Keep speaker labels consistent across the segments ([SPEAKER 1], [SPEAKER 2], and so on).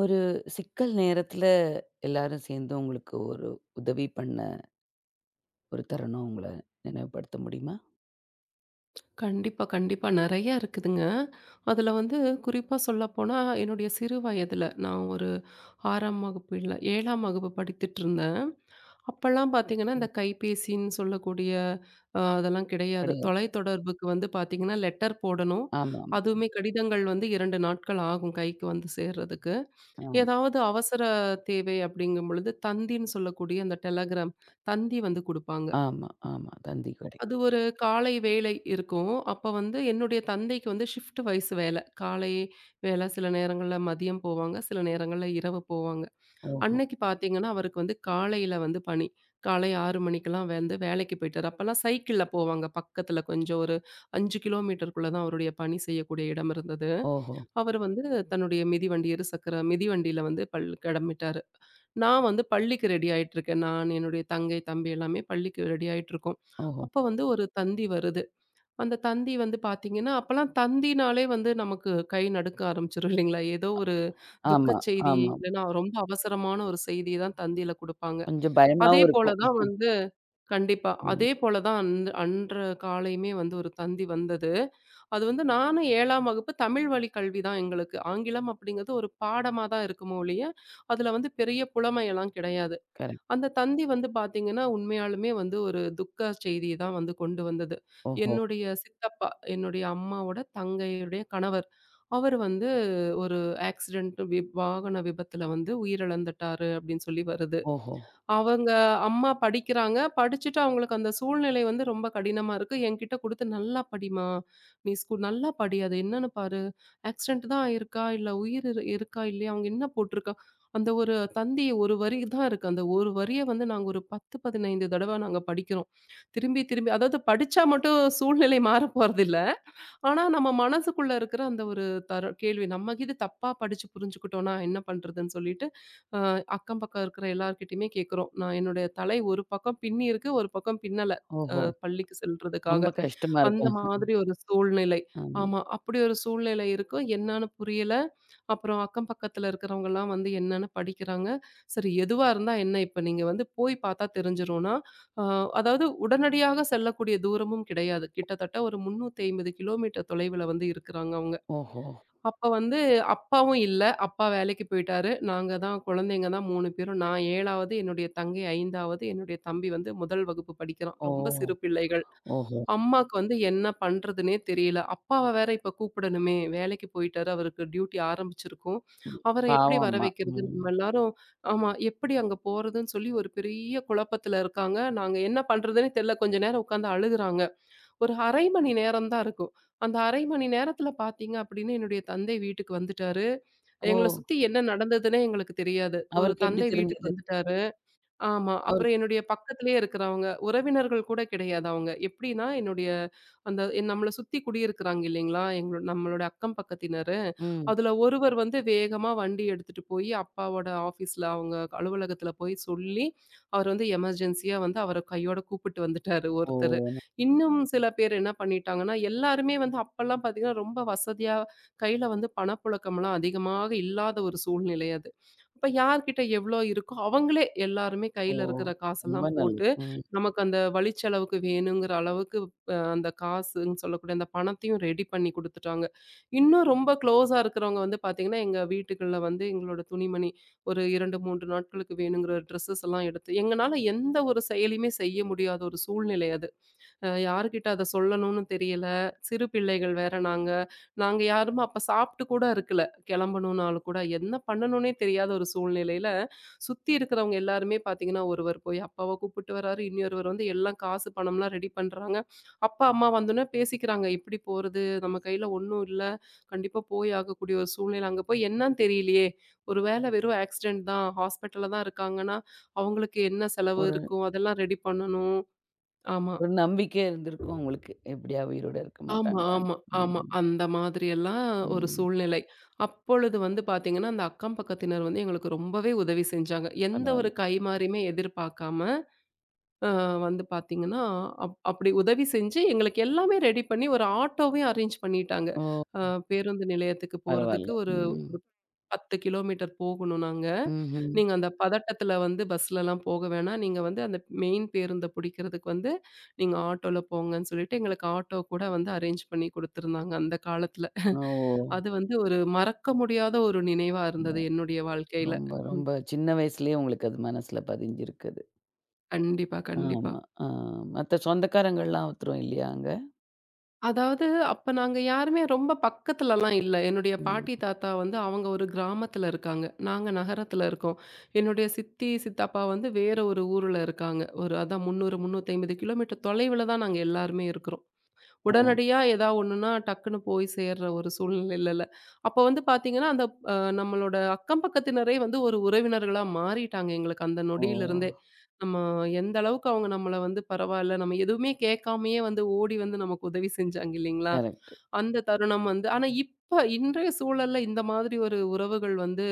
[SPEAKER 1] ஒரு சிக்கல் நேரத்துல எல்லாரும் சேர்ந்து உங்களுக்கு ஒரு உதவி பண்ண ஒரு தருணம் உங்கள நினைவுபடுத்த முடியுமா?
[SPEAKER 2] கண்டிப்பா, கண்டிப்பா. நெறைய இருக்குதுங்க. அதுல வந்து குறிப்பா சொல்லப்போனா, என்னுடைய சிறு வயதுல நான் ஒரு 6ஆம் வகுப்பு இல்ல, 7ஆம் வகுப்பு படித்துட்டுருந்தேன். அப்பலாம் பாத்தீங்கன்னா,
[SPEAKER 1] ம்.
[SPEAKER 2] இந்த கைபேசின்னு சொல்லக்கூடிய அதெல்லாம் கிடையாது.
[SPEAKER 1] கிடையாது.
[SPEAKER 2] தொலைத்தொடர்புக்கு வந்து பாத்தீங்கன்னா, லெட்டர் போடணும்.
[SPEAKER 1] ஆமாமா.
[SPEAKER 2] அதுவுமே கடிதங்கள் வந்து 2 நாட்கள் ஆகும் கைக்கு வந்து சேர்றதுக்கு.
[SPEAKER 1] ஆமா. ஆமா,
[SPEAKER 2] ஏதாவது அவசர தேவை அப்படிங்கும் பொழுது, தந்தின்னு சொல்லக்கூடிய அந்த டெலகிராம், தந்தி வந்து குடுப்பாங்க.
[SPEAKER 1] ஆமா. ஆமா, தந்தி கடை.
[SPEAKER 2] அது ஒரு காலை வேலை இருக்கும். அப்ப வந்து என்னுடைய தந்தைக்கு வந்து ஷிஃப்ட் வைஸ் வேலை. காலை வேலை சில நேரங்கள்ல மதியம் போவாங்க. சில நேரங்கள்ல இரவு போவாங்க.
[SPEAKER 1] ஓஹோ!
[SPEAKER 2] அன்னைக்கு பார்த்தீங்கன்னா, அவருக்கு வந்து காலையில வந்து பணி. காலை 6 மணிக்கெல்லாம் வந்து வேலைக்கு போயிட்டாரு. அப்பலாம் சைக்கிள்ல போவாங்க. பக்கத்துல கொஞ்சம் ஒரு 5 கிலோமீட்டருக்குள்ள தான் அவருடைய பணி செய்யக்கூடிய இடம் இருந்தது.
[SPEAKER 1] ஓஹோ!
[SPEAKER 2] அவரு வந்து தன்னுடைய மிதிவண்டி, இருசக்கர மிதிவண்டியில வந்து கிளம்பிட்டாரு. நான் வந்து பள்ளிக்கு ரெடி ஆயிட்டுருக்கேன். நான், என்னுடைய தங்கை, தம்பி எல்லாமே பள்ளிக்கு ரெடி ஆயிட்டுருக்கோம்.
[SPEAKER 1] ஓஹோ!
[SPEAKER 2] அப்ப வந்து ஒரு தந்தி வருது. அந்த தந்தி வந்து பார்த்தீங்கன்னா, அப்பலாம் தந்தினாலே வந்து நமக்கு கை நடுக்க ஆரம்பிச்சுரும் இல்லைங்களா? ஏதோ ஒரு
[SPEAKER 1] ஆமா,
[SPEAKER 2] துக்கச் செய்தி,
[SPEAKER 1] ஆமா.
[SPEAKER 2] இல்லன்னா ரொம்ப அவசரமான ஒரு செய்திய தான் தந்தியில குடுப்பாங்க.
[SPEAKER 1] கொஞ்சம்
[SPEAKER 2] அதே
[SPEAKER 1] பயமாவும்
[SPEAKER 2] போல
[SPEAKER 1] இருக்கும்.
[SPEAKER 2] தான் வந்து கண்டிப்பா.
[SPEAKER 1] ம்.
[SPEAKER 2] அதே போல தான் அன்று காலையுமே வந்து ஒரு தந்தி வந்தது. அது வந்து நானும் 7ஆம் வகுப்பு தமிழ் வழி கல்வி தான் எங்களுக்கு. ஆங்கிலம் அப்படிங்கிறது ஒரு பாடமா தான் இருக்குமே ஒழிய, அதுல வந்து பெரிய புலமையெல்லாம் கிடையாது.
[SPEAKER 1] கரெக்ட்.
[SPEAKER 2] அந்த தந்தி வந்து பார்த்தீங்கன்னா, உண்மையாலுமே வந்து ஒரு துக்க செய்தி தான் வந்து கொண்டு வந்தது.
[SPEAKER 1] ஓஹோ!
[SPEAKER 2] என்னுடைய சித்தப்பா, என்னுடைய அம்மாவோட தங்கையுடைய கணவர். அவர் வந்து ஒரு ஆக்சிடென்ட் வாகன விபத்துல வந்து உயிரிழந்துட்டாரு அப்படின்னு சொல்லி வருது.
[SPEAKER 1] ஓஹோ!
[SPEAKER 2] அவங்க அம்மா படிக்கிறாங்க. படிச்சுட்டு அவங்களுக்கு அந்த சூழ்நிலை வந்து ரொம்ப கடினமா இருக்கு. என்கிட்ட குடுத்து "நல்லா படிம்மா. நீ நல்லா படி. அது என்னன்னு பாரு. ஆக்சிடென்ட் தான் ஆயிருக்கா? இல்ல உயிர் இருக்கா? இல்லையா? அவங்க என்ன போட்டிருக்கா?" அந்த ஒரு தந்தி 1 வரி தான் இருக்கு. அந்த 1 வரிய வந்து நாங்க ஒரு 10, 15 தடவ நாங்க படிக்கிறோம். திரும்பி திரும்பி அதாவது படிச்சா மட்டும் சூழ்நிலை மாறப் போறதில்ல. ஆனா, நம்ம மனசுக்குள்ள இருக்கிற அந்த ஒரு தர கேள்வி, நம்ம இது தப்பா படிச்சு புரிஞ்சுக்கிட்டோம்னா என்ன பண்றதுன்னு சொல்லிட்டு, அ அக்கம் பக்கம் இருக்கிற எல்லார்கிட்டயுமே கேட்குறோம். நான் என்னுடைய தலை ஒரு பக்கம் பின்னி இருக்கு, ஒரு பக்கம் பின்னல. அ
[SPEAKER 1] ஓஹோ!
[SPEAKER 2] பள்ளிக்கு செல்றதுக்காக.
[SPEAKER 1] ரொம்ப கஷ்டமா
[SPEAKER 2] அந்த
[SPEAKER 1] இருக்கும்.
[SPEAKER 2] மாதிரி ஒரு சூழ்நிலை.
[SPEAKER 1] ஆமா.
[SPEAKER 2] ஆமா. அப்படி ஒரு சூழ்நிலை இருக்கும். என்னான்னு புரியல. அப்புறம் அக்கம் பக்கத்துல இருக்கிறவங்கலாம் வந்து என்னன்னு படிக்கிறாங்க. சரி எதுவா இருந்தா என்ன இப்ப நீங்க வந்து போய் பார்த்தா தெரிஞ்சிரும்னா, அ அதாவது உடனடியாக செல்லக்கூடிய தூரமும் கிடையாது. கிட்டத்தட்ட ஒரு 350 கிலோமீட்டர் தொலைவுல வந்து இருக்கிறாங்க அவங்க.
[SPEAKER 1] ஓஹோ!
[SPEAKER 2] அப்ப வந்து அப்பாவும் இல்ல. அப்பா வேலைக்கு போயிட்டாரு. நாங்க தான் குழந்தைங்க தான் 3 பேரும். நான் 7வது, என்னுடைய தங்கை 5வது, என்னுடைய தம்பி வந்து 1 வகுப்பு படிக்கிறான்.
[SPEAKER 1] ஓ!
[SPEAKER 2] ரொம்ப சிறு பிள்ளைகள்.
[SPEAKER 1] ஓஹோ!
[SPEAKER 2] அம்மாக்கு வந்து என்ன பண்றதுன்னே தெரியல. அப்பாவ வேற இப்ப கூப்பிடணுமே! வேலைக்கு போயிட்டாரு. அவருக்கு டியூட்டி ஆரம்பிச்சிருக்கும்.
[SPEAKER 1] ம்.
[SPEAKER 2] அவர எப்படி
[SPEAKER 1] பாவம்
[SPEAKER 2] வர
[SPEAKER 1] அம்மா.
[SPEAKER 2] வைக்கிறது?
[SPEAKER 1] ம்.
[SPEAKER 2] நம்ம எல்லாரும் ஆமா. எப்படி அங்க போறதுன்னு சொல்லி ஒரு பெரிய குழப்பத்துல இருக்காங்க. நாங்க என்ன பண்றதுன்னே தெரியல. கொஞ்ச நேரம் உட்காந்து அழுகுறாங்க. ஒரு 1/2 மணி நேரம் தான் இருக்கும். அந்த 1/2 மணி நேரத்துல பார்த்தீங்க அப்படின்னு என்னுடைய தந்தை வீட்டுக்கு வந்துட்டாரு.
[SPEAKER 1] ஓ!
[SPEAKER 2] எங்கள சுத்தி என்ன நடந்ததுன்னே எங்களுக்கு தெரியாது. ஒரு
[SPEAKER 1] அவருக்கு எப்படி
[SPEAKER 2] தந்தை வீட்டுக்கு
[SPEAKER 1] தெரிஞ்சது?
[SPEAKER 2] வந்துட்டாரு. ஆமா.
[SPEAKER 1] அவரு
[SPEAKER 2] அப்புறம் என்னுடைய பக்கத்திலேயே இருக்கிறவங்க, உறவினர்கள் கூட கிடையாது அவங்க. எப்படின்னா, என்னுடைய அந்த என் நம்மள சுத்தி குடியிருக்கிறாங்க இல்லைங்களா? எங்களோ நம்மளோட அக்கம் பக்கத்தினரு.
[SPEAKER 1] ம்.
[SPEAKER 2] அதுல ஒருவர் வந்து வேகமா வண்டி எடுத்துட்டு போயி, அப்பாவோட ஆஃபீஸ்ல அவங்க அலுவலகத்தில போய் சொல்லி, அவர் வந்து எமர்ஜென்சியா வந்து அவர கையோட கூப்பிட்டு வந்துட்டாரு
[SPEAKER 1] ஓ!
[SPEAKER 2] ஒருத்தரு. இன்னும் சில பேர் என்ன பண்ணிட்டாங்கன்னா, எல்லாருமே வந்து அப்பலாம் பார்த்தீங்கன்னா, ரொம்ப வசதியா கையில வந்து பணப்புழக்கம்லாம் அதிகமாக இல்லாத ஒரு சூழ்நிலை அது. அப்ப யார்கிட்ட எவ்வளோ இருக்கோ அவங்களே எல்லாருமே
[SPEAKER 1] ஓ!
[SPEAKER 2] கையில இருக்கிற
[SPEAKER 1] ரொம்ப
[SPEAKER 2] காசெல்லாம் போட்டு,
[SPEAKER 1] நல்லது. ம்.
[SPEAKER 2] நமக்கு அந்த வழிச்செலவுக்கு வேணுங்கிற அளவுக்கு அந்த காசுன்னு சொல்லக்கூடிய அந்த பணத்தையும் ரெடி பண்ணி குடுத்துட்டாங்க. இன்னும் ரொம்ப க்ளோஸா இருக்கிறவங்க வந்து பார்த்தீங்கன்னா, எங்க வீட்டுக்குள்ள வந்து எங்களோட துணிமணி ஒரு 2, 3 நாட்களுக்கு வேணுங்கிற ட்ரெஸ்ஸஸ் எல்லாம் எடுத்து எங்கனால எந்த ஒரு செயலையுமே செய்ய முடியாத ஒரு சூழ்நிலை அது. யார்கிட்ட அத சொல்லணும்னு தெரியல. சிறு பிள்ளைகள் வேற நாங்க. நாங்க யாரும் அப்ப சாப்ட்டு கூட இருக்கல. கெளம்பணும்னாலும் கூட. என்ன பண்ணணும்னே தெரியாத ஒரு சூழ்நிலையில, சுத்தி இருக்கிறவங்க எல்லாருமே பாத்தீங்கன்னா, ஒருவர் போய் அப்பாவ கூப்பிட்டு வராரு. இன்னொருவர் வந்து எல்லாம் காசு, பணம்லாம் ரெடி பண்றாங்க. அப்பா, அம்மா வந்தோனே பேசிக்கிறாங்க. எப்படி போறது? நம்ம கையில ஒண்ணும் இல்ல. கண்டிப்பா போய் ஆகக்கூடிய ஒரு சூழ்நிலை. அங்க போய் என்னன்னு தெரியலையே. ஒருவேளை வெறும் ஆக்சிடென்ட் தான், ஹாஸ்பிட்டல்ல தான் இருக்காங்கன்னா, அவங்களுக்கு என்ன செலவு
[SPEAKER 1] ஒரு
[SPEAKER 2] இருக்கும்? அதெல்லாம் ரெடி பண்ணணும். ஆமா.
[SPEAKER 1] ஒரு நம்பிக்கை இருந்திருக்கும் உங்களுக்கு. எப்படியா உயிரோட இருக்க
[SPEAKER 2] ஆமா, ஆமா,
[SPEAKER 1] மாட்டாங்களான்ட்டு.
[SPEAKER 2] ஆமா.
[SPEAKER 1] ம்.
[SPEAKER 2] அந்த மாதிரி எல்லாம் ஒரு
[SPEAKER 1] ம்.
[SPEAKER 2] சூழ்நிலை. அப்பொழுது வந்து பார்த்தீங்கன்னா, அந்த அக்கம் பக்கத்தினர் வந்து எங்களுக்கு ரொம்பவே உதவி செஞ்சாங்க. எந்த ஒரு
[SPEAKER 1] பரவால்ல.
[SPEAKER 2] கைமாறியுமே எதிர்பார்க்காம, அ வந்து பார்த்தீங்கன்னா, அப்படி உதவி செஞ்சு எங்களுக்கு எல்லாமே ரெடி பண்ணி ஒரு ஆட்டோவே அரேஞ்ச் பண்ணிட்டாங்க.
[SPEAKER 1] ஓ!
[SPEAKER 2] அ பேருந்து நிலையத்துக்கு
[SPEAKER 1] பரவால்ல.
[SPEAKER 2] போறதுக்கு
[SPEAKER 1] ம்.
[SPEAKER 2] 10 கிலோமீட்டர் போகணும் நாங்க.
[SPEAKER 1] ம்ஹ்ம்.
[SPEAKER 2] நீங்க அந்த பதட்டத்துல வந்து பஸ்லலாம் போக வேணாம். நீங்க வந்து அந்த மெயின் பேருந்த புடிக்கிறதுக்கு வந்து, நீங்க ஆட்டோல போங்கன்னு சொல்லிட்டு, எங்களுக்கு ஆட்டோ கூட வந்து அரேஞ்ச் பண்ணி குடுத்துருந்தாங்க, அந்த காலத்துல.
[SPEAKER 1] ஓ!
[SPEAKER 2] அது வந்து ஒரு மறக்க முடியாத ஒரு நினைவா இருந்தது என்னுடைய வாழ்க்கையில.
[SPEAKER 1] ரொம்ப, ரொம்ப சின்ன வயசுலயே உங்களுக்கு அது மனசுல பதிஞ்சிருக்கு அது.
[SPEAKER 2] கண்டிப்பா, கண்டிப்பா.
[SPEAKER 1] ஆமா. ஆ மத்த சொந்தக்காரங்கள்லாம் அவுத்துரும் இல்லையா அங்க?
[SPEAKER 2] அதாவது அப்ப நாங்க யாருமே ரொம்ப பக்கத்துலலாம் இல்ல. என்னுடைய
[SPEAKER 1] ம்.
[SPEAKER 2] பாட்டி, தாத்தா வந்து அவங்க ஒரு கிராமத்துல இருக்காங்க. நாங்க நகரத்துல இருக்கோம். என்னுடைய சித்தி, சித்தப்பா வந்து வேற ஒரு ஊர்ல இருக்காங்க. ஒரு அதான் 300, 350 கிலோமீட்டர் தொலைவுல தான் நாங்க எல்லாருமே இருக்கிறோம்.
[SPEAKER 1] ஓ!
[SPEAKER 2] உடனடியா ஏதா ஒண்ணுன்னா டக்குன்னு போய் சேர்ற ஒரு சூழ்நிலை இல்லல்ல. அப்ப வந்து பார்த்தீங்கன்னா, அந்த நம்மளோட அக்கம் பக்கத்தினரே வந்து ஒரு உறவினர்களா மாறிட்டாங்க எங்களுக்கு அந்த
[SPEAKER 1] ஓ!
[SPEAKER 2] நொடியிலிருந்து. நம்ம எந்த அளவுக்கு அவங்க நம்மள வந்து பரவால்ல, நம்ம எதுவுமே கேட்காமயே வந்து ஓடி வந்து நமக்கு உதவி செஞ்சாங்க இல்லைங்களா?
[SPEAKER 1] கரெக்ட்.
[SPEAKER 2] அந்த தருணம் வந்து ஆனா இப்ப இன்றைய சூழல்ல இந்த மாதிரி ஒரு உறவுகள் வந்து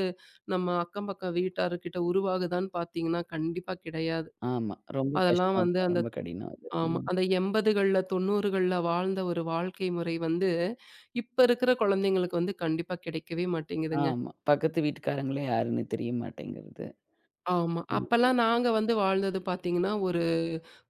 [SPEAKER 2] நம்ம அக்கம் பக்கம் வீட்டார்கிட்ட உருவாகுதான்னு பார்த்தீங்கன்னா, கண்டிப்பா கிடையாது.
[SPEAKER 1] ஆமா. ரொம்ப
[SPEAKER 2] அதெல்லாம்
[SPEAKER 1] கஷ்டம்.
[SPEAKER 2] வந்து அந்த
[SPEAKER 1] ரொம்ப கடினம் அது.
[SPEAKER 2] ஆமா.
[SPEAKER 1] ம்.
[SPEAKER 2] அந்த 80கள்ல 90கள்ல வாழ்ந்த ஒரு வாழ்க்கை முறை வந்து, இப்ப இருக்கிற குழந்தைங்களுக்கு வந்து கண்டிப்பா கிடைக்கவே மாட்டேங்குதுங்க.
[SPEAKER 1] ஆமா. பக்கத்து வீட்டுக்காரங்களே யாருன்னு தெரிய மாட்டேங்கிறது.
[SPEAKER 2] ஆமா.
[SPEAKER 1] ம்.
[SPEAKER 2] அப்பல்லாம் நாங்க வந்து வாழ்ந்தது பார்த்தீங்கன்னா, ஒரு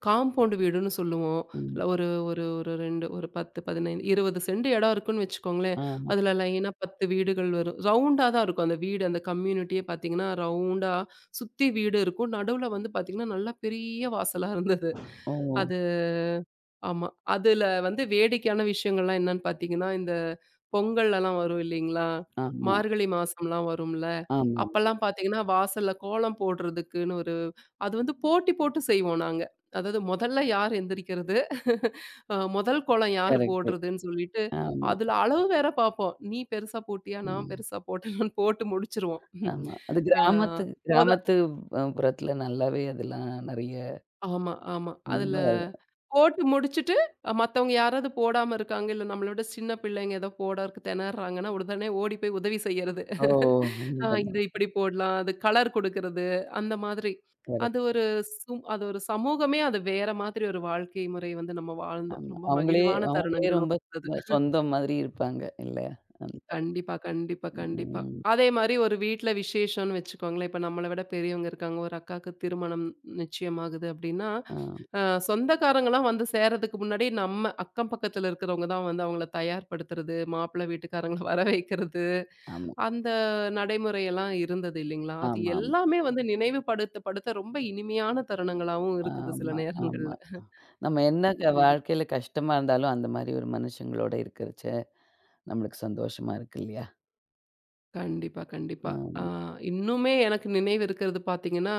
[SPEAKER 2] காம்பவுண்ட் வீடுன்னு சொல்லுவோம்.
[SPEAKER 1] ம்.
[SPEAKER 2] இல்ல ஒரு ஒரு ஒரு 2 ஒரு 10, 15, 20 சென்ட் இடம் இருக்குன்னு வச்சுக்கோங்களேன்.
[SPEAKER 1] ஆமா.
[SPEAKER 2] அதுல லைனா 10 வீடுகள் வரும். ரவுண்டா தான் இருக்கும். அந்த வீடு அந்த கம்யூனிட்டியே பார்த்தீங்கன்னா, ரவுண்டா சுத்தி வீடு இருக்கும். நடுவுல வந்து பார்த்தீங்கன்னா, நல்லா பெரிய வாசலா இருந்தது.
[SPEAKER 1] ஓ!
[SPEAKER 2] அது ஆமா. அதுல வந்து வேடிக்கையான விஷயங்கள்லாம் என்னன்னு பார்த்தீங்கன்னா, இந்த பொங்கல்லலாம் வரும் இல்லைங்களா?
[SPEAKER 1] ஆமா,
[SPEAKER 2] மார்கழி மாசம்லாம் வரும்ல.
[SPEAKER 1] ஆமாமா.
[SPEAKER 2] அப்பல்லாம் பார்த்தீங்கன்னா, வாசல்ல கோலம் போடுறதுக்குன்னு ஒரு அது வந்து போட்டி போட்டு செய்வோம் நாங்க. அதாவது முதல்ல யார் எந்திரிக்கிறது? முதல் கோலம் யார்
[SPEAKER 1] கரெக்ட்டு.
[SPEAKER 2] போடுறதுன்னு சொல்லிட்டு,
[SPEAKER 1] ஆமா.
[SPEAKER 2] அதுல அளவு வேற பார்ப்போம். நீ பெருசா போட்டியா? நான்
[SPEAKER 1] ம்.
[SPEAKER 2] பெருசா போட்டேனான்னு போட்டு முடிச்சுருவோம்.
[SPEAKER 1] ஆமா. அது
[SPEAKER 2] அ
[SPEAKER 1] கிராமத்து
[SPEAKER 2] மொத
[SPEAKER 1] கிராமத்து புறத்துல நல்லாவே அதெல்லாம் நெறைய
[SPEAKER 2] ஆமா, ஆமா.
[SPEAKER 1] ரொம்ப
[SPEAKER 2] அதுல போட்டு முடிச்சுட்டு, மத்தவங்க யாராவது போடாம இருக்காங்க, இல்ல நம்மள விட சின்ன பிள்ளைங்க ஏதோ போடறக்கு திணறாங்கன்னா, உடனே ஓடி போய் உதவி செய்யறது.
[SPEAKER 1] ஓ!
[SPEAKER 2] ஆ இது இப்படி போடலாம். அது கலர் குடுக்கறது, அந்த மாதிரி. அது
[SPEAKER 1] கரெக்ட்.
[SPEAKER 2] ஒரு அது ஒரு சமூகமே அது வேற மாதிரி ஒரு வாழ்க்கை முறை வந்து நம்ம வாழ்ந்தோம்.
[SPEAKER 1] ஆமா.
[SPEAKER 2] ரொம்ப
[SPEAKER 1] அவங்களே
[SPEAKER 2] மகிழ்வான
[SPEAKER 1] அவங்களே
[SPEAKER 2] தருணங்களும்
[SPEAKER 1] ரொம்ப
[SPEAKER 2] இருந்தது.
[SPEAKER 1] சொந்தம் மாதிரி இருப்பாங்க இல்ல? அந்த மாரி.
[SPEAKER 2] கண்டிப்பா, கண்டிப்பா, கண்டிப்பா.
[SPEAKER 1] ம்.
[SPEAKER 2] அதே மாரி ஒரு வீட்ல விசேஷம்னு வச்சுக்கோங்களேன். இப்ப நம்மள விட பெரியவங்க இருக்காங்க. ஒரு அக்காக்கு திருமணம் நிச்சயமாகுது அப்படின்னா,
[SPEAKER 1] ஆ.
[SPEAKER 2] அ சொந்தக்காரங்கலாம் வந்து சேரதுக்கு முன்னாடி நம்ம அக்கம் பக்கத்துல இருக்கிறவங்க தான் வந்து அவங்கள தயார்படுத்துறது, மாப்பிள்ளை வீட்டுக்காரங்கள வர வைக்கிறது.
[SPEAKER 1] ஆமா.
[SPEAKER 2] அந்த நடைமுறையெல்லாம் இருந்தது இல்லைங்களா? அது
[SPEAKER 1] ஆமாமா.
[SPEAKER 2] எல்லாமே வந்து நினைவுபடுத்த ரொம்ப இனிமையான தருணங்களாவும்
[SPEAKER 1] ஆமா,
[SPEAKER 2] இருக்குது சில
[SPEAKER 1] ஆமா. ஆமா.
[SPEAKER 2] நேரங்கள்ல.
[SPEAKER 1] நம்ம என்ன
[SPEAKER 2] கண்டிப்
[SPEAKER 1] வாழ்க்கையில கஷ்டமா இருந்தாலும் அந்த மாரி ஒரு மனுஷங்களோட இருக்கிறச்ச நம்மளுக்கு சந்தோஷமா இருக்கு இல்லையா?
[SPEAKER 2] கண்டிப்பா, கண்டிப்பா. ஆ
[SPEAKER 1] ஆமா.
[SPEAKER 2] இன்னுமே எனக்கு நினைவு இருக்கிறது பார்த்தீங்கன்னா,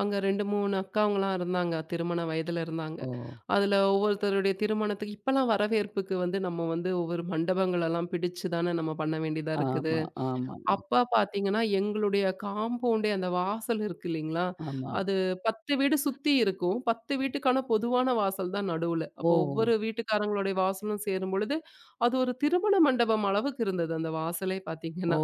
[SPEAKER 2] அங்க 2, 3 அக்காவங்கலாம் இருந்தாங்க. திருமண வயதுல இருந்தாங்க.
[SPEAKER 1] ஓ!
[SPEAKER 2] அதுல ஒவ்வொருத்தருடைய திருமணத்துக்கு இப்பலாம் வரவேற்புக்கு வந்து நம்ம வந்து ஒவ்வொரு மண்டபங்களெல்லாம் பிடிச்சு தானே நம்ம பண்ண வேண்டியதா இருக்குது.
[SPEAKER 1] ஆமா, ஆமா,
[SPEAKER 2] அப்ப பார்த்தீங்கன்னா, எங்களுடைய காம்பவுண்டே அந்த வாசல் இருக்கு இல்லைங்களா?
[SPEAKER 1] ஆமா.
[SPEAKER 2] அது 10 வீடு சுத்தி இருக்கும். 10 வீட்டுக்கான பொதுவான வாசல் தான் நடுவுல.
[SPEAKER 1] ஓ!
[SPEAKER 2] அப்போ ஒவ்வொரு வீட்டுக்காரங்களுடைய வாசலும் சேரும்பொழுது, அது ஒரு திருமண மண்டபம் அளவுக்கு இருந்தது அந்த வாசலே
[SPEAKER 1] ஓ!
[SPEAKER 2] பார்த்தீங்கன்னா.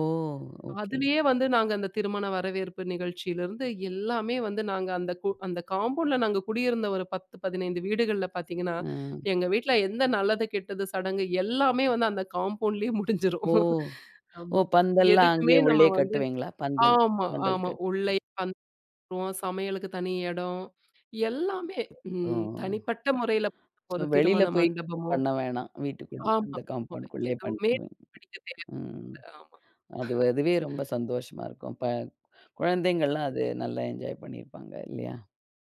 [SPEAKER 1] ஓகே.
[SPEAKER 2] அதுலயே வந்து நாங்க அந்த திருமண வரவேற்பு நிகழ்ச்சியிலிருந்து எல்லாமே வந்து நாங்க அந்த காம்பவுண்ட்ல நாங்க குடியிருந்த ஒரு 10, 15 வீடுகள்ல பார்த்தீங்கன்னா,
[SPEAKER 1] அ.
[SPEAKER 2] எங்க வீட்ல எந்த நல்லது, கெட்டது சடங்கு எல்லாமே வந்து அந்த காம்பவுண்ட்லயே முடிஞ்சிரும்.
[SPEAKER 1] ஓ! ஓ!
[SPEAKER 2] ஆமா.
[SPEAKER 1] பந்தல்லாம்
[SPEAKER 2] எதுக்குமே
[SPEAKER 1] அங்கேயே
[SPEAKER 2] நம்ம
[SPEAKER 1] உள்ளயே
[SPEAKER 2] வந்து
[SPEAKER 1] கட்டுவீங்களா? பந்தல்
[SPEAKER 2] ஆமா,
[SPEAKER 1] பந்தல்
[SPEAKER 2] ஆமா.
[SPEAKER 1] கட்டு.
[SPEAKER 2] உள்ளயே வந்துருவோம். சமையலுக்கு தனி இடம். எல்லாமே.
[SPEAKER 1] ஓ!
[SPEAKER 2] ம். தனிப்பட்ட முறையில
[SPEAKER 1] ஸோ
[SPEAKER 2] ஒரு
[SPEAKER 1] வெளியில
[SPEAKER 2] திருமண
[SPEAKER 1] போய்
[SPEAKER 2] மண்டபமோ
[SPEAKER 1] பண்ண வேணாம். வீட்டுக்குள்ள
[SPEAKER 2] ஆமா.
[SPEAKER 1] அந்த
[SPEAKER 2] ஆமா,
[SPEAKER 1] காம்பவுண்ட்குள்ளேயே
[SPEAKER 2] எதுவுமே
[SPEAKER 1] பண்ணிக்குவீங்க.
[SPEAKER 2] பிடிக்க தேவையில்ல.
[SPEAKER 1] ம்.
[SPEAKER 2] ஆமா.
[SPEAKER 1] அது அதுவே ரொம்ப சந்தோஷமா இருக்கும். குழந்தைங்கள்லாம் அது நல்லா என்ஜாய் பண்ணியிருப்பாங்க இல்லையா?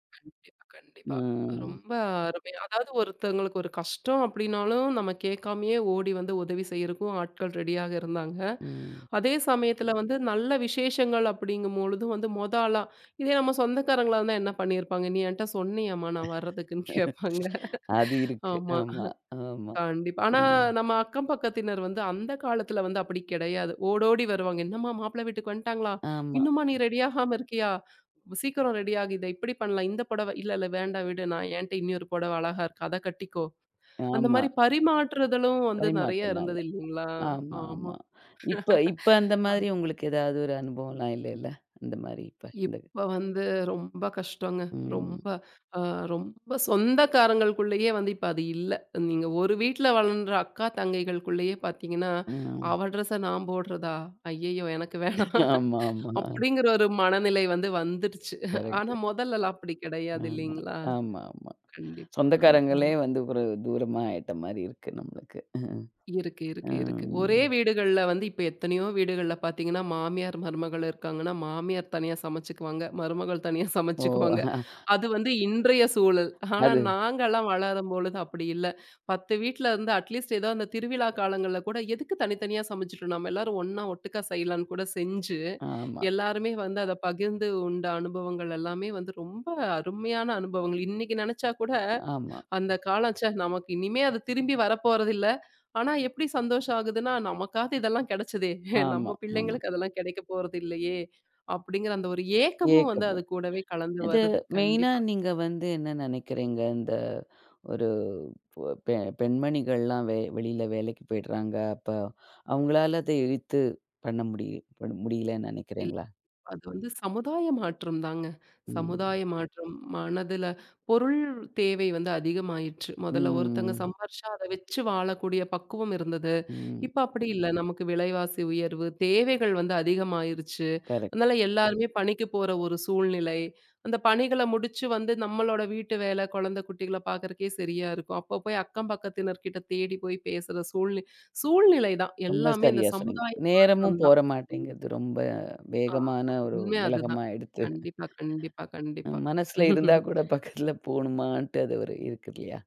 [SPEAKER 2] கண்டிப்பா, கண்டிப்பா.
[SPEAKER 1] ம்.
[SPEAKER 2] ரொம்ப அருமையா அதாவது ஒருத்தவங்களுக்கு ஒரு கஷ்டம் அப்டின்னாலும், நம்ம கேட்காமயே ஓடி வந்து உதவி செய்யறக்கும் ஆட்கள் ரெடியாக இருந்தாங்க.
[SPEAKER 1] ம்.
[SPEAKER 2] அதே சமயத்துல வந்து நல்ல விசேஷங்கள் அப்டிங்கும்பொழுது வந்து ஆளா இதே நம்ம சொந்தக்காரங்களா இருந்தா என்ன பண்ணியிருப்பாங்க? "நீ என்ட்ட சொன்னியாம்மா நான் வர்றதுக்குன்னு" கேட்பாங்க.
[SPEAKER 1] அது இருக்கு.
[SPEAKER 2] ஆமா.
[SPEAKER 1] ஆமா, ஆமா,
[SPEAKER 2] கண்டிப்பா. ஆனா,
[SPEAKER 1] ம்.
[SPEAKER 2] நம்ம அக்கம் பக்கத்தினர் வந்து அந்த காலத்துல வந்து அப்படி கிடையாது. ஓடோடி வருவாங்க. "என்னம்மா மாப்பிள்ளை வீட்டுக்கு வந்துட்டாங்களா?
[SPEAKER 1] ஆமா,
[SPEAKER 2] இன்னும்மா நீ ரெடி ஆகாம இருக்கியா? சீக்கிரம் ரெடி ஆகு. இத இப்படி பண்ணலாம். இந்த புடவை இல்ல இல்ல வேண்டாம் விடு. நான் என்ட்ட இன்னொரு புடவை அழகா இருக்கு. அத கட்டிக்கோ." அந்த
[SPEAKER 1] ஆமா.
[SPEAKER 2] மாரி பரிமாற்றுதலும் வந்து நெறைய
[SPEAKER 1] பரிமாறலாம்.
[SPEAKER 2] இருந்தது இல்லைங்களா?
[SPEAKER 1] ஆமா,
[SPEAKER 2] ஆமா.
[SPEAKER 1] ஆமா. இப்ப இப்ப அந்த மாதிரி உங்களுக்கு ஏதாவது ஒரு அனுபவம்லாம் இல்லைல்ல? அந்த மாதிரி இப்ப இந்த
[SPEAKER 2] இப்ப வந்து ரொம்ப கஷ்டங்க.
[SPEAKER 1] ம்.
[SPEAKER 2] ரொம்ப அ ரொம்ப சொந்தக்காரங்களுக்குள்ளேயே வந்து இப்ப அது இல்ல. நீங்க ஒரு வீட்ல வளர்ன்ற அக்கா, தங்கைகளுக்குள்ளேயே பார்த்தீங்கன்னா,
[SPEAKER 1] ம்.
[SPEAKER 2] "அவ ட்ரெஸ்ஸ நான் போடுறதா? ஐயய்யோ! எனக்கு வேணாம்."
[SPEAKER 1] ஆமா, ஆமா.
[SPEAKER 2] அப்படிங்கிற ஒரு மனநிலை வந்து வந்துடுச்சு. ஆனா
[SPEAKER 1] கரெக்ட்டு.
[SPEAKER 2] முதல்லலாம் அப்படி கிடையாது
[SPEAKER 1] ஆமா.
[SPEAKER 2] இல்லைங்களா?
[SPEAKER 1] ஆமா, ஆமா.
[SPEAKER 2] கண்டிப்பா. ஆமா,
[SPEAKER 1] சொந்தக்காரங்களே
[SPEAKER 2] ஆமா.
[SPEAKER 1] வந்து ஒரு தூரமா ஆயிட்ட மாரி இருக்கு நம்மளுக்கு.
[SPEAKER 2] இருக்கு, இருக்கு, இருக்கு. ஒரே
[SPEAKER 1] ம்.
[SPEAKER 2] வீடுகள்ல வந்து இப்ப எத்தனையோ வீடுகள்ல பார்த்தீங்கன்னா, மாமியார், மருமகள் இருக்காங்கன்னா, மாமியார் தனியா சமைச்சுக்குவாங்க. மருமகள் தனியா
[SPEAKER 1] ஓ!
[SPEAKER 2] சமைச்சுக்குவாங்க. அது வந்து இன்றைய சூழல். ஆனா
[SPEAKER 1] அது
[SPEAKER 2] நாங்கலாம் வளரும்பொழுது அப்படி இல்ல. 10 வீட்ல இருந்து அட்லீஸ்ட் ஏதோ அந்த திருவிழா காலங்கள்ல கூட எதுக்கு தனித்தனியா சமைச்சுட்டு நம்ம எல்லாரும் ஒண்ணா ஒட்டுக்கா செய்யலான்னு கூட செஞ்சு,
[SPEAKER 1] ஆமா,
[SPEAKER 2] எல்லாருமே வந்து அத பகிர்ந்து உண்ட அனுபவங்கள் எல்லாமே வந்து ரொம்ப அருமையான அனுபவங்கள். இன்னைக்கு நெனச்சா கூட
[SPEAKER 1] ஆமா,
[SPEAKER 2] அந்த காலம் ச்சே! நமக்கு இனிமே அது திரும்பி வரப்போறதில்ல. ஆனா எப்படி சந்தோஷம் ஆகுதுன்னா, நமக்காவது இதெல்லாம் கிடைச்சதே!
[SPEAKER 1] ஆமா,
[SPEAKER 2] நம்ம
[SPEAKER 1] ஆமா, ஆமா.
[SPEAKER 2] பிள்ளைங்களுக்கு அதெல்லாம் கிடைக்க போறதில்லையே! அப்படிங்கிற அந்த ஒரு ஏக்கமும் வந்து
[SPEAKER 1] ஏக்கம்
[SPEAKER 2] அது கூடவே கலந்து
[SPEAKER 1] இது
[SPEAKER 2] வருது.
[SPEAKER 1] மெயினா
[SPEAKER 2] கண்டிப்பா.
[SPEAKER 1] நீங்க வந்து என்ன நினைக்கிறீங்க? இந்த ஒரு பொ பெ பெண்மணிகள்லாம் வெளியில வேலைக்கு போயிடுறாங்க. அப்ப அவங்களால அத இழுத்து பண்ண முடிய பண்ண முடியலன்னு நினைக்கிறீங்களா?
[SPEAKER 2] அது வந்து சமுதாய மாற்றம் தாங்க.
[SPEAKER 1] ம்.
[SPEAKER 2] சமுதாய மாற்றம். மனதுல பொருள் தேவை வந்து அதிகமாயிருச்சு. முதல்ல ஒருத்தங்க
[SPEAKER 1] ம்.
[SPEAKER 2] சம்பாரிச்சா அத வச்சு வாழக்கூடிய பக்குவம் இருந்தது.
[SPEAKER 1] ம்.
[SPEAKER 2] இப்ப அப்படி இல்ல. நமக்கு விலைவாசி உயர்வு, தேவைகள் வந்து அதிகமாயிருச்சு.
[SPEAKER 1] கரெக்ட்.
[SPEAKER 2] அதனால எல்லாருமே பணிக்கு போற ஒரு சூழ்நிலை. அந்த பணிகள முடிச்சு வந்து நம்மளோட வீட்டு வேல, குழந்தை குட்டிகள பார்க்கறக்கே சரியா இருக்கும். அப்ப போய் அக்கம் பக்கத்தினர்கிட்ட தேடி போய் பேசுற சூழ்நிலை தான்.
[SPEAKER 1] ரொம்ப
[SPEAKER 2] எல்லாமே இந்த
[SPEAKER 1] சரியா சொன்னீங்க.
[SPEAKER 2] சமுதாய
[SPEAKER 1] நேரமும்
[SPEAKER 2] மாற்றம் தான்.
[SPEAKER 1] போற மாட்டேங்குது. ரொம்ப
[SPEAKER 2] ஆமா.
[SPEAKER 1] வேகமான ஒரு
[SPEAKER 2] உண்மை அதுதான்.
[SPEAKER 1] உலகமா ஆயிடுத்து.
[SPEAKER 2] கண்டிப்பா, கண்டிப்பா, கண்டிப்பா.
[SPEAKER 1] மனசுல இருந்தா கூட பக்கத்துல போணுமான்ட்டு அது ஒரு இருக்கு இல்லையா?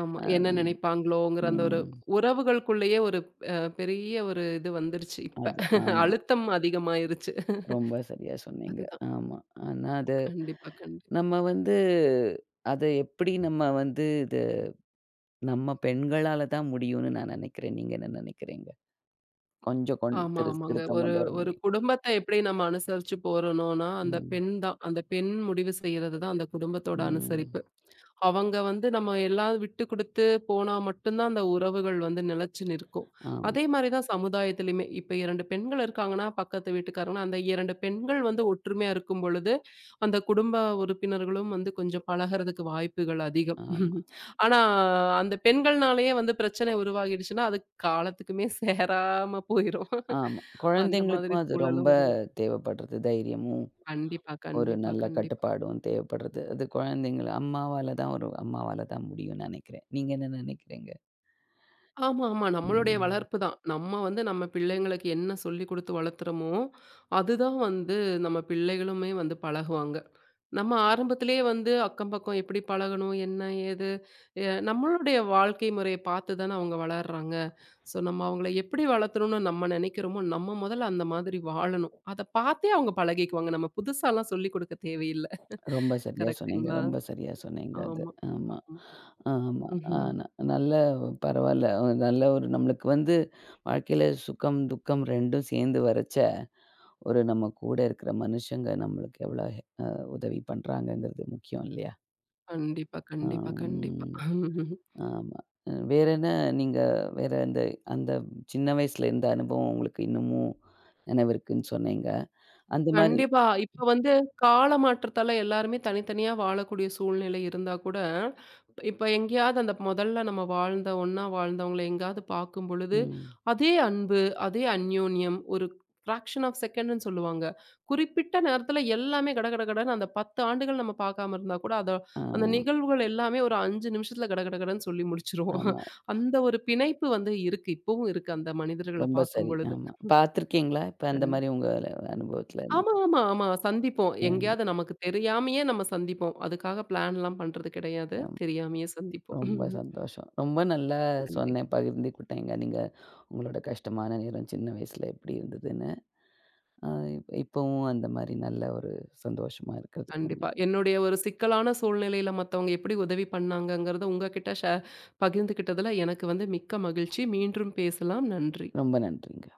[SPEAKER 2] ஆமா.
[SPEAKER 1] அ
[SPEAKER 2] என்ன நினைப்பாங்களோங்கிற அந்த ஒரு
[SPEAKER 1] ம்.
[SPEAKER 2] உறவுகளுக்குள்ளேயே ஒரு பெரிய ஒரு இது வந்துருச்சு இப்ப.
[SPEAKER 1] அது ஆமா.
[SPEAKER 2] அழுத்தம் அதிகமாயிருச்சு.
[SPEAKER 1] ரொம்ப சரியா சொன்னீங்க.
[SPEAKER 2] அதுதான்.
[SPEAKER 1] ஆமா. ஆனா அது
[SPEAKER 2] கண்டிப்பா, கண்டிப்பா.
[SPEAKER 1] நம்ம வந்து அத எப்படி நம்ம வந்து இது நம்ம பெண்களால தான் முடியும்னு நான் நெனைக்கிறேன். நீங்க என்ன நெனைக்கிறீங்க? கொஞ்சம் கொண்
[SPEAKER 2] ஆமா,
[SPEAKER 1] திரு
[SPEAKER 2] ஆமாங்க.
[SPEAKER 1] திருத்தம்
[SPEAKER 2] ஒரு
[SPEAKER 1] கொண்டு வர
[SPEAKER 2] ஒரு
[SPEAKER 1] முடியும்.
[SPEAKER 2] குடும்பத்த எப்படி நம்ம அனுசரிச்சு போறணும்னா, அந்த
[SPEAKER 1] ம்.
[SPEAKER 2] பெண் தான். அந்த பெண் முடிவு செய்றது தான் அந்த குடும்பத்தோட அனுசரிப்பு.
[SPEAKER 1] ம்.
[SPEAKER 2] அவங்க வந்து நம்ம எல்லாம் விட்டு குடுத்து போனா மட்டும் தான் அந்த உறவுகள் வந்து நிலைச்சு நிற்கும்.
[SPEAKER 1] ஆமா,
[SPEAKER 2] அதே மாரி தான் சமுதாயத்திலயுமே. இப்ப 2 பெண்கள் இருக்காங்கன்னா, பக்கத்து வீட்டுக்காரங்கன்னா, அந்த 2 பெண்கள் வந்து ஒற்றுமையா இருக்கும் பொழுது, அந்த குடும்ப உறுப்பினர்களும் வந்து கொஞ்சம் பழகுறதுக்கு வாய்ப்புகள் அதிகம்.
[SPEAKER 1] ஆமா,
[SPEAKER 2] ஆனா, அந்த பெண்கள்னாலேயே வந்து பிரச்சனை உருவாகிடுச்சுன்னா, அது காலத்துக்குமே சேராம போயிரும்.
[SPEAKER 1] ஆமா.
[SPEAKER 2] அந்த மாதிரி
[SPEAKER 1] குழந்தைங்களுக்கும் அது ரொம்ப
[SPEAKER 2] சூழலும் உருவாகும்.
[SPEAKER 1] தேவைப்படுறது. தைரியமும்,
[SPEAKER 2] கண்டிப்பா,
[SPEAKER 1] ஒரு
[SPEAKER 2] கண்டிப்பா,
[SPEAKER 1] நல்ல
[SPEAKER 2] கண்டிப்பா.
[SPEAKER 1] கட்டுப்பாடும் தேவைப்படுறது. அது குழந்தைங்கள அம்மாவால தான் ஒரு அம்மாவால தான் முடியும்னு நெனைக்கிறேன். நீங்க என்ன நெனைக்கிறீங்க?
[SPEAKER 2] ஆமா, ஆமா. நம்மளுடைய
[SPEAKER 1] ம்.
[SPEAKER 2] வளர்ப்பு தான். நம்ம வந்து நம்ம பிள்ளைங்களுக்கு என்ன சொல்லிக் குடுத்து வளர்த்துறோமோ, அதுதான் வந்து நம்ம பிள்ளைகளுமே வந்து பழகுவாங்க. நம்ம ஆரம்பத்திலேயே வந்து அக்கம் பக்கம் எப்படி பழகணும், என்ன ஏது, நம்மளுடைய வாழ்க்கை முறைய பார்த்து தானே அவங்க வளர்றாங்க. ஸோ நம்ம அவங்கள எப்படி வளர்த்தணும்னு நம்ம நினைக்கிறோமோ, நம்ம முதல்ல அந்த மாதிரி வாழணும். அத பார்த்தே அவங்க பழகிக்குவாங்க. நம்ம புதுசாலாம் சொல்லிக் குடுக்க தேவையில்ல.
[SPEAKER 1] ரொம்ப சரியா சொன்னீங்க.
[SPEAKER 2] கரெக்ட்டுங்களா?
[SPEAKER 1] ரொம்ப சரியா சொன்னீங்க அது.
[SPEAKER 2] ஆமா. ஆமா.
[SPEAKER 1] ஆமா. ஆமா. அ
[SPEAKER 2] ம்ஹ்ம்.
[SPEAKER 1] ந நல்ல பரவால்ல. நல்ல ஒரு நம்மளுக்கு வந்து வாழ்க்கையில சுகம், துக்கம் 2ம் சேர்ந்து வரச்ச, ஒரு நம்ம கூட இருக்கிற மனுஷங்க நம்மளுக்கு எவ்வளோ அ உதவி பண்றாங்கங்கிறது முக்கியம் இல்லையா?
[SPEAKER 2] கண்டிப்பா, கண்டிப்பா, கண்டிப்பா.
[SPEAKER 1] அம் ஆமா. வேற என்ன நீங்க வேற இந்த அந்த சின்ன வயசுல இருந்த அனுபவம் உங்களுக்கு இன்னமும் நினைவிருக்குன்னு சொன்னீங்க. அந்த மாரி
[SPEAKER 2] கண்டிப்பா. இப்ப வந்து கால மாற்றத்தால எல்லாருமே தனித்தனியா வாழக்கூடிய சூழ்நிலை இருந்தா கூட, இப்ப எங்கேயாவது அந்த முதல்ல நம்ம வாழ்ந்த ஒண்ணா வாழ்ந்தவங்கள எங்கேயாவது பார்க்கும் பொழுது,
[SPEAKER 1] ம்.
[SPEAKER 2] அதே அன்பு, அதே அந்யோன்யம் ஒரு ஃபிராக்ஷன் ஆஃப் செகண்ட்ன்னு சொல்லுவாங்க. குறிப்பிட்ட நேரத்துல எல்லாமே கடகடகடன்னு அந்த 10 ஆண்டுகள் நம்ம பார்க்காம இருந்தா கூட, அத
[SPEAKER 1] ஆ
[SPEAKER 2] அந்த நிகழ்வுகள் எல்லாமே ஒரு 5 நிமிஷத்துல கடகடகடன்னு சொல்லி முடிச்சுருவோம்.
[SPEAKER 1] ஆமா.
[SPEAKER 2] அந்த ஒரு பிணைப்பு வந்து இருக்கு. இப்பவும் இருக்கு அந்த மனிதர்கள
[SPEAKER 1] ரொம்ப
[SPEAKER 2] பார்க்கும்
[SPEAKER 1] சரி.
[SPEAKER 2] பொழுது.
[SPEAKER 1] ஆமா. பார்த்துருக்கீங்களா? இப்ப அந்த
[SPEAKER 2] கண்டிப்பா.
[SPEAKER 1] மாரி உங்க அனுபவத்துல இருந்து?
[SPEAKER 2] ஆமா, ஆமா, ஆமா. சந்திப்போம்.
[SPEAKER 1] ம்.
[SPEAKER 2] எங்கேயாவது நமக்கு தெரியாமயே நம்ம சந்திப்போம். அதுக்காக பிளான்லாம் பண்றது கிடையாது.
[SPEAKER 1] ஆமா.
[SPEAKER 2] தெரியாமயே சந்திப்போம்.
[SPEAKER 1] ரொம்ப சந்தோஷம். ரொம்ப நல்லா
[SPEAKER 2] கண்டிப்
[SPEAKER 1] சொன்னேன், பகிர்ந்துக்கிட்டேங்க. நீங்க உங்களோட கஷ்டமான நேரம் சின்ன வயசுல எப்படி இருந்ததுன்னு. அ இப்பவும் அந்த மாரி நல்ல ஒரு சந்தோஷமா இருக்கிறதுக்கு
[SPEAKER 2] கண்டிப்பா. என்னுடைய ஒரு சிக்கலான சூழ்நிலையில மத்தவங்க எப்படி உதவி பண்ணாங்கங்கிறத உங்ககிட்ட பகிர்ந்துக்கிட்டதுல எனக்கு வந்து மிக்க மகிழ்ச்சி. மீண்டும் பேசலாம். நன்றி.
[SPEAKER 1] ரொம்ப நன்றிங்க.